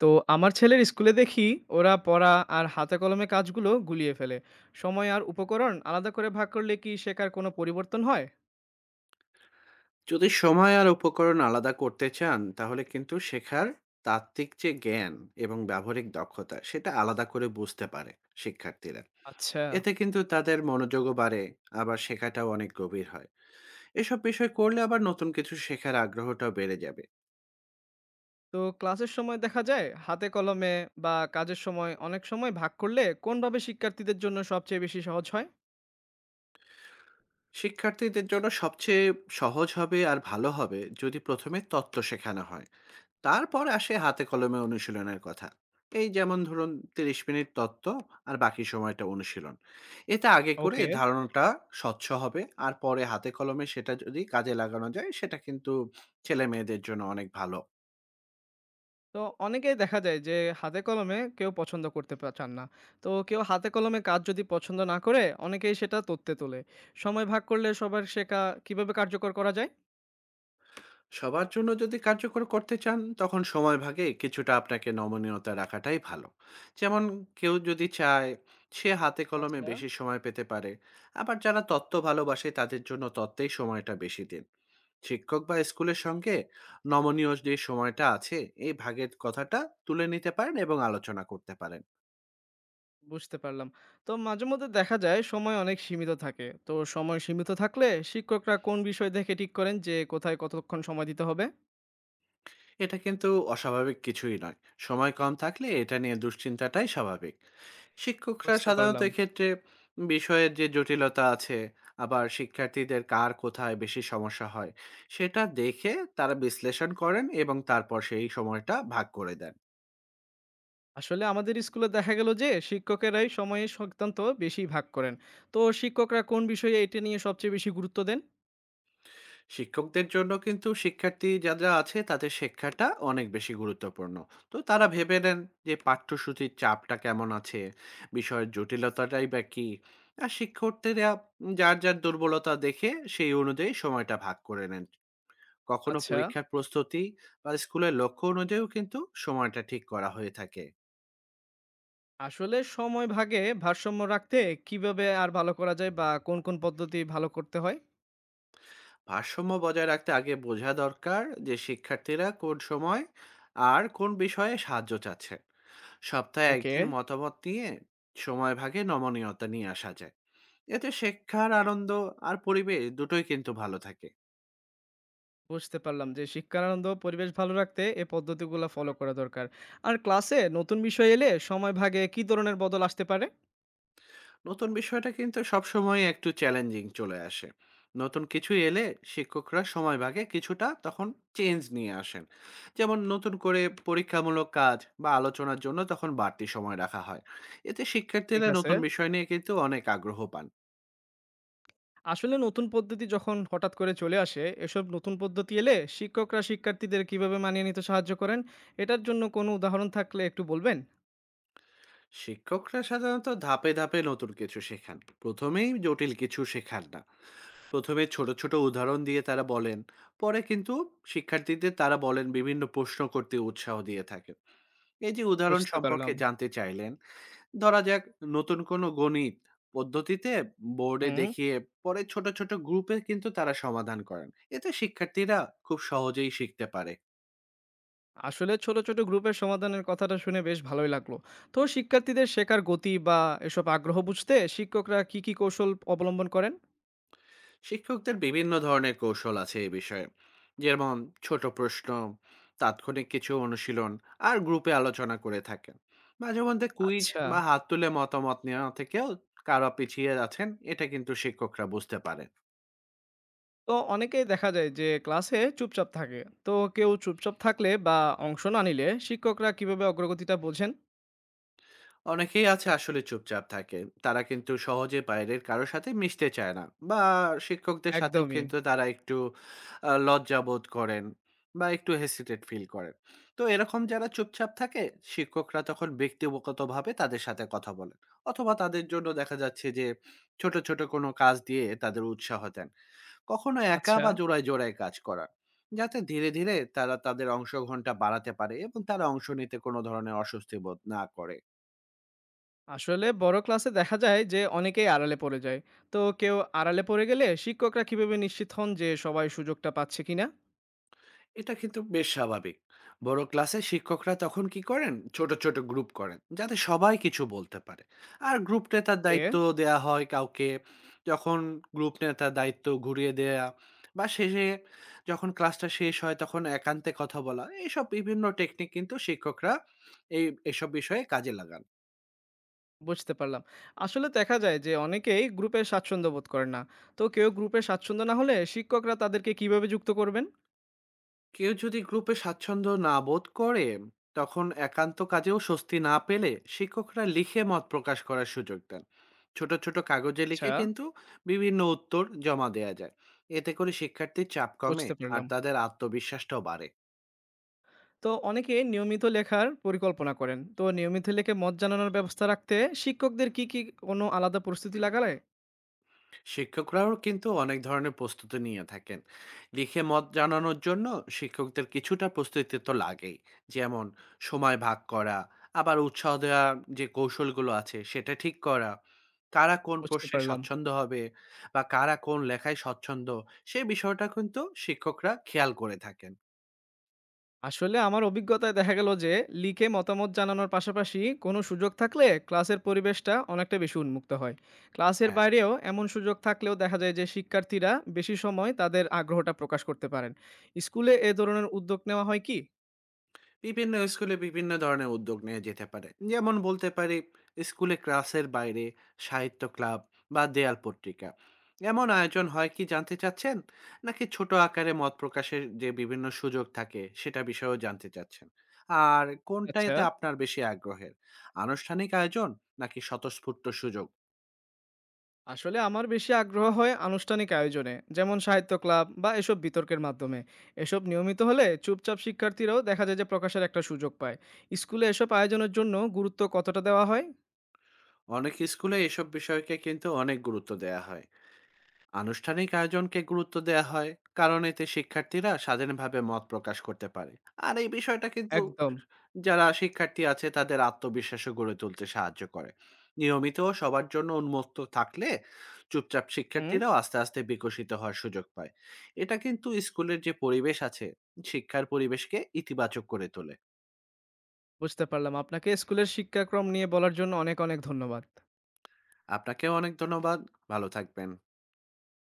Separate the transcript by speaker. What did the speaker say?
Speaker 1: তো আমার ছেলের স্কুলে দেখি ওরা পড়া আর হাতে কলমে কাজগুলো গুলিয়ে ফেলে। সময় আর উপকরণ আলাদা করে ভাগ করলে কি শেখার কোনো পরিবর্তন হয়?
Speaker 2: যদি সময় আর উপকরণ আলাদা করতে চান, তাহলে কিন্তু শেখার তাত্ত্বিক যে জ্ঞান এবং ব্যবহারিক দক্ষতা, সেটা আলাদা করে বুঝতে পারে শিক্ষার্থীরা।
Speaker 1: আচ্ছা।
Speaker 2: এতে কিন্তু তাদের মনোযোগও বাড়ে, আবার শেখাটাও অনেক গভীর হয়। এসব বিষয় করলে আবার নতুন কিছু শেখার আগ্রহটাও বেড়ে যাবে।
Speaker 1: তো ক্লাসের সময় দেখা যায় হাতে কলমে বা কাজের সময় অনেক সময় ভাগ করলে কোনভাবে শিক্ষার্থীদের জন্য সবচেয়ে বেশি সহজ হয়?
Speaker 2: শিক্ষার্থীদের জন্য সবচেয়ে সহজ হবে আর ভালো হবে যদি প্রথমে তত্ত্ব শেখানো হয়। তারপর আসে হাতে কলমে অনুশীলনের কথা। এই যেমন ধরুন, 30 মিনিট তত্ত্ব আর বাকি সময়টা অনুশীলন। এতে আগে করে
Speaker 1: ওকে।
Speaker 2: ধারণাটা স্বচ্ছ হবে, আর পরে হাতে কলমে সেটা যদি কাজে লাগানো যায়, সেটা কিন্তু ছেলে মেয়েদের জন্য অনেক ভালো।
Speaker 1: তো অনেকেই দেখা যায় যে হাতে কলমে কেউ পছন্দ করতে চান না। তো কেউ হাতে কলমে কাজ যদি পছন্দ না করে অনেকেই সেটা তথ্যে তোলে, সময় ভাগ করলে সবার শেখা কিভাবে কার্যকর করা যায়?
Speaker 2: সবার জন্য যদি কার্যকর করতে চান, তখন সময় ভাগে কিছুটা আপনাকে নমনীয়তা রাখাটাই ভালো। যেমন, কেউ যদি চায়, সে হাতে কলমে
Speaker 1: আচ্ছা,
Speaker 2: বেশি সময় পেতে পারে। আবার যারা তত্ত্ব ভালোবাসে তাদের জন্য তত্ত্বেই সময়টা বেশি দিন। শিক্ষক বা স্কুলের সঙ্গে নমনীয় যে সময়টা আছে, এই ভাগের কথাটা তুলে নিতে পারেন এবং আলোচনা করতে পারেন।
Speaker 1: বুঝতে পারলাম। তো মাঝেমধ্যে দেখা যায় সময় অনেক সীমিত থাকে। তো সময় সীমিত থাকলে শিক্ষকরা কোন বিষয় দেখে ঠিক করেন যে কোথায় কতক্ষণ সময় দিতে হবে?
Speaker 2: এটা কিন্তু অস্বাভাবিক কিছুই নয়। সময় কম থাকলে এটা নিয়ে দুশ্চিন্তাটাই স্বাভাবিক। শিক্ষকরা
Speaker 1: বুঝতে
Speaker 2: সাধারণত
Speaker 1: পারলাম।
Speaker 2: এক্ষেত্রে বিষয়ের যে জটিলতা আছে, আবার শিক্ষার্থীদের কার কোথায় বেশি সমস্যা হয়, সেটা দেখে তারা বিশ্লেষণ করেন এবং তারপর সেই সময়টা ভাগ করে দেন।
Speaker 1: আসলে আমাদের স্কুলে দেখা গেল যে শিক্ষকেরাই সময়ের সংক্রান্ত বেশি ভাগ করেন। তো শিক্ষকরা কোন বিষয়ে এটা নিয়ে সবচেয়ে বেশি গুরুত্ব দেন?
Speaker 2: শিক্ষকদের জন্য কিন্তু শিক্ষার্থী যারা আছে তাদের শিক্ষাটা অনেক বেশি গুরুত্বপূর্ণ। তো তারা ভেবে নেন যে পাঠ্যসূচির চাপটা কেমন আছে, বিষয়ের জটিলতাটাই বা কি, আর শিক্ষার্থীরা যার যার দুর্বলতা দেখে সেই অনুযায়ী সময়টা ভাগ করে নেন। কখনো
Speaker 1: আচ্ছা,
Speaker 2: পরীক্ষার প্রস্তুতি বা স্কুলের লক্ষ্য অনুযায়ীও কিন্তু সময়টা ঠিক করা হয়ে থাকে।
Speaker 1: আসলে সময় ভাগে ভারসাম্য রাখতে কিভাবে আর ভালো করা যায় বা কোন পদ্ধতি ভালো করতে হয়?
Speaker 2: ভারসাম্য বজায় রাখতে আগে বোঝা দরকার যে শিক্ষার্থীরা কোন সময় আর কোন বিষয়ে সাহায্য চাচ্ছে। সপ্তাহে
Speaker 1: ওকে।
Speaker 2: একদিন মতামত নিয়ে সময় ভাগে নমনীয়তা নিয়ে আসা যায়। এতে শিক্ষার আনন্দ আর পরিবেশ দুটোই কিন্তু ভালো থাকে।
Speaker 1: বুঝতে পারলাম যে শিক্ষার আনন্দ ও পরিবেশ ভালো রাখতে এ পদ্ধতিগুলো ফলো করা দরকার। আর ক্লাসে নতুন বিষয় এলে সময় ভাগে কি ধরনের বদল আসতে পারে?
Speaker 2: নতুন বিষয়টা কিন্তু সবসময় একটু চ্যালেঞ্জিং চলে আসে। নতুন কিছু এলে শিক্ষকরা সময় ভাগে কিছুটা তখন চেঞ্জ নিয়ে আসেন। যেমন, নতুন করে পরীক্ষামূলক কাজ বা আলোচনার জন্য তখন বাড়তি সময় রাখা হয়। এতে
Speaker 1: ঠিক
Speaker 2: শিক্ষার্থীরা
Speaker 1: আছে।
Speaker 2: নতুন বিষয় নিয়ে কিন্তু অনেক আগ্রহ পান।
Speaker 1: আসলে নতুন পদ্ধতি যখন হঠাৎ করে চলে আসে, এসব নতুন পদ্ধতি এলে শিক্ষকরা শিক্ষার্থীদের কিভাবে মানিয়ে নিতে সাহায্য করেন? এটার জন্য কোনো উদাহরণ থাকলে একটু বলবেন।
Speaker 2: শিক্ষকরা সাধারণত ধাপে ধাপে নতুন কিছু শেখান, প্রথমেই জটিল কিছু শেখান না। প্রথমে ছোট ছোট উদাহরণ দিয়ে তারা বলেন, পরে কিন্তু শিক্ষার্থীদের তারা বলেন, বিভিন্ন প্রশ্ন করতে উৎসাহ দিয়ে থাকে। এই যে উদাহরণ
Speaker 1: বুঝতে
Speaker 2: সম্পর্কে
Speaker 1: পারলাম।
Speaker 2: জানতে চাইলেন, ধরা যাক নতুন কোনো গণিত পদ্ধতিতে বোর্ডে
Speaker 1: হুম।
Speaker 2: দেখিয়ে পরে ছোট ছোট গ্রুপে কিন্তু তারা সমাধান করেন। এতে শিক্ষার্থীরা খুব সহজেই শিখতে পারে।
Speaker 1: আসলে ছোট ছোট গ্রুপের সমাধানের কথাটা শুনে বেশ ভালোই লাগলো। তো শিক্ষার্থীদের শেখার গতি বা এসব আগ্রহ বুঝতে শিক্ষকরা কি কি কৌশল অবলম্বন করেন?
Speaker 2: শিক্ষকদের বিভিন্ন ধরনের কৌশল আছে এ বিষয়ে। যেমন ছোট প্রশ্ন, তাৎক্ষণিক কিছু অনুশীলন আর গ্রুপে আলোচনা করে থাকেন। মাঝে মধ্যে কুইজ
Speaker 1: আচ্ছা।
Speaker 2: বা হাত তুলে মতামত নেওয়া থেকেও কারা পিছিয়ে আছেন, এটা কিন্তু শিক্ষকরা বুঝতে পারেন।
Speaker 1: তো অনেকেই দেখা যায় যে ক্লাসে চুপচাপ থাকে। তো কেউ চুপচাপ থাকলে বা অংশ না নিলে শিক্ষকরা কিভাবে অগ্রগতিটা বোঝেন?
Speaker 2: অনেকেই আছে আসলে চুপচাপ থাকে। তারা কিন্তু সহজে বাইরের কারো সাথে মিশতে চায় না, বা শিক্ষকদের সাথেও
Speaker 1: একদমই।
Speaker 2: কিন্তু তারা একটু লজ্জাবোধ করেন বা একটু হেসিটেট ফিল করেন। তো এরকম যারা চুপচাপ থাকে, শিক্ষকরা তখন ব্যক্তিগতভাবে তাদের সাথে কথা বলেন, অথবা তাদের জন্য দেখা যাচ্ছে যে ছোট, ছোট কোনো কাজ দিয়ে তাদের উৎসাহ দেন। কখনো একা
Speaker 1: আচ্ছা।
Speaker 2: বা জোড়ায়, জোড়ায় কাজ করান, যাতে ধীরে, ধীরে তারা তাদের অংশগ্রহণটা বাড়াতে পারে এবং তারা অংশ নিতে কোনো ধরনের অস্বস্তি বোধ না করে।
Speaker 1: আসলে বড় ক্লাসে দেখা যায় যে অনেকেই আড়ালে পড়ে যায়। তো কেউ আড়ালে পড়ে গেলে শিক্ষকরা কিভাবে নিশ্চিত হন যে সবাই সুযোগটা পাচ্ছে কিনা?
Speaker 2: এটা কিন্তু বেশ স্বাভাবিক। বড় ক্লাসে শিক্ষকরা তখন কি করেন? ছোট, ছোট গ্রুপ করেন, যাতে সবাই কিছু বলতে পারে। আর গ্রুপ নেতার
Speaker 1: ওকে।
Speaker 2: দায়িত্ব দেয়া হয় কাউকে। যখন গ্রুপ নেতার দায়িত্ব ঘুরিয়ে দেয়া বা শেষে যখন ক্লাসটা শেষ হয়, তখন একান্তে কথা বলা। এইসব বিভিন্ন টেকনিক কিন্তু শিক্ষকরা এই এসব বিষয়ে কাজে লাগান।
Speaker 1: বুঝতে পারলাম। আসলে দেখা যায় যে অনেকেই গ্রুপে স্বাচ্ছন্দ্য বোধ করেন না। তো কেউ গ্রুপে স্বাচ্ছন্দ্য না হলে শিক্ষকরা তাদেরকে কিভাবে যুক্ত করবেন?
Speaker 2: কেউ যদি গ্রুপে স্বাচ্ছন্দ্য না বোধ করে, তখন একান্ত কাজেও স্বস্তি না পেলে শিক্ষকরা লিখে মত প্রকাশ করার সুযোগ দেন। ছোট ছোট কাগজে
Speaker 1: আচ্ছা।
Speaker 2: লিখে কিন্তু বিভিন্ন উত্তর জমা দেয়া যায়। এতে করে শিক্ষার্থীর চাপ কমে
Speaker 1: বুঝতে
Speaker 2: আর
Speaker 1: পারলাম।
Speaker 2: তাদের আত্মবিশ্বাসটাও বাড়ে।
Speaker 1: তো অনেকে নিয়মিত লেখার পরিকল্পনা করেন, তো নিয়মিত লেখে মত জানানোর ব্যবস্থা রাখতে শিক্ষকদের কি কি কোনো আলাদা প্রস্তুতি লাগালে?
Speaker 2: শিক্ষকরাও কিন্তু অনেক ধরনের প্রস্তুতি নিয়ে থাকেন। লিখে মত জানানোর জন্য শিক্ষকদের কিছুটা প্রস্তুতি তো লাগেই। যেমন সময় ভাগ করা, আবার উৎসাহ দেওয়া, যে কৌশলগুলো আছে সেটা ঠিক করা, কারা কোন
Speaker 1: বুঝতে
Speaker 2: প্রশ্নে
Speaker 1: পারলাম।
Speaker 2: স্বচ্ছন্দ হবে বা কারা কোন লেখায় স্বচ্ছন্দ, সেই বিষয়টা কিন্তু শিক্ষকরা খেয়াল করে থাকেন।
Speaker 1: আসলে আমার অভিজ্ঞতায় দেখা গেল যে লিখে মতামত জানানোর পাশাপাশি কোনো সুযোগ থাকলে ক্লাসের পরিবেশটা অনেকটা বেশি উন্মুক্ত হয়। ক্লাসের
Speaker 2: হ্যাঁ,
Speaker 1: বাইরেও এমন সুযোগ থাকলেও দেখা যায় যে শিক্ষার্থীরা বেশি সময় তাদের আগ্রহটা প্রকাশ করতে পারেন। স্কুলে এ ধরনের উদ্যোগ নেওয়া হয় কি?
Speaker 2: বিভিন্ন স্কুলে বিভিন্ন ধরনের উদ্যোগ নেওয়া যেতে পারে। যেমন বলতে পারি, স্কুলে ক্লাসের বাইরে সাহিত্য ক্লাব বা দেয়াল পত্রিকা, এমন আয়োজন হয় কি জানতে চাচ্ছেন, নাকি ছোট আকারে মত প্রকাশের যে বিভিন্ন সুযোগ থাকে সেটা বিষয়েও জানতে চাচ্ছেন? আর
Speaker 1: আচ্ছা।
Speaker 2: কোনটাতে আপনার বেশি আগ্রহের, আনুষ্ঠানিক আয়োজন নাকি স্বতঃস্ফূর্ত সুযোগ?
Speaker 1: আসলে আমার বেশি আগ্রহ হয় আনুষ্ঠানিক আয়োজনে, যেমন সাহিত্য ক্লাব বা এসব বিতর্কের মাধ্যমে। এসব নিয়মিত হলে চুপচাপ শিক্ষার্থীরাও দেখা যায় যে প্রকাশের একটা সুযোগ পায়। স্কুলে এসব আয়োজনের জন্য গুরুত্ব কতটা দেওয়া হয়?
Speaker 2: অনেক স্কুলে এসব বিষয়কে কিন্তু অনেক গুরুত্ব দেওয়া হয়। আনুষ্ঠানিক আয়োজনকে গুরুত্ব দেওয়া হয় কারণ এতে শিক্ষার্থীরা স্বাধীনভাবে মত প্রকাশ করতে পারে, আর এই বিষয়টা কিন্তু
Speaker 1: একদম।
Speaker 2: যারা শিক্ষার্থী আছে তাদের আত্মবিশ্বাসও গড়ে তুলতে সাহায্য করে। নিয়মিত ও সবার জন্য উন্মুক্ত থাকলে চুপচাপ
Speaker 1: হুম।
Speaker 2: শিক্ষার্থীরাও আস্তে আস্তে বিকশিত হওয়ার সুযোগ পায়। এটা কিন্তু স্কুলের যে পরিবেশ আছে, শিক্ষার পরিবেশকে ইতিবাচক করে তোলে।
Speaker 1: বুঝতে পারলাম। আপনাকে স্কুলের শিক্ষাক্রম নিয়ে বলার জন্য অনেক অনেক ধন্যবাদ।
Speaker 2: আপনাকেও অনেক ধন্যবাদ। ভালো থাকবেন।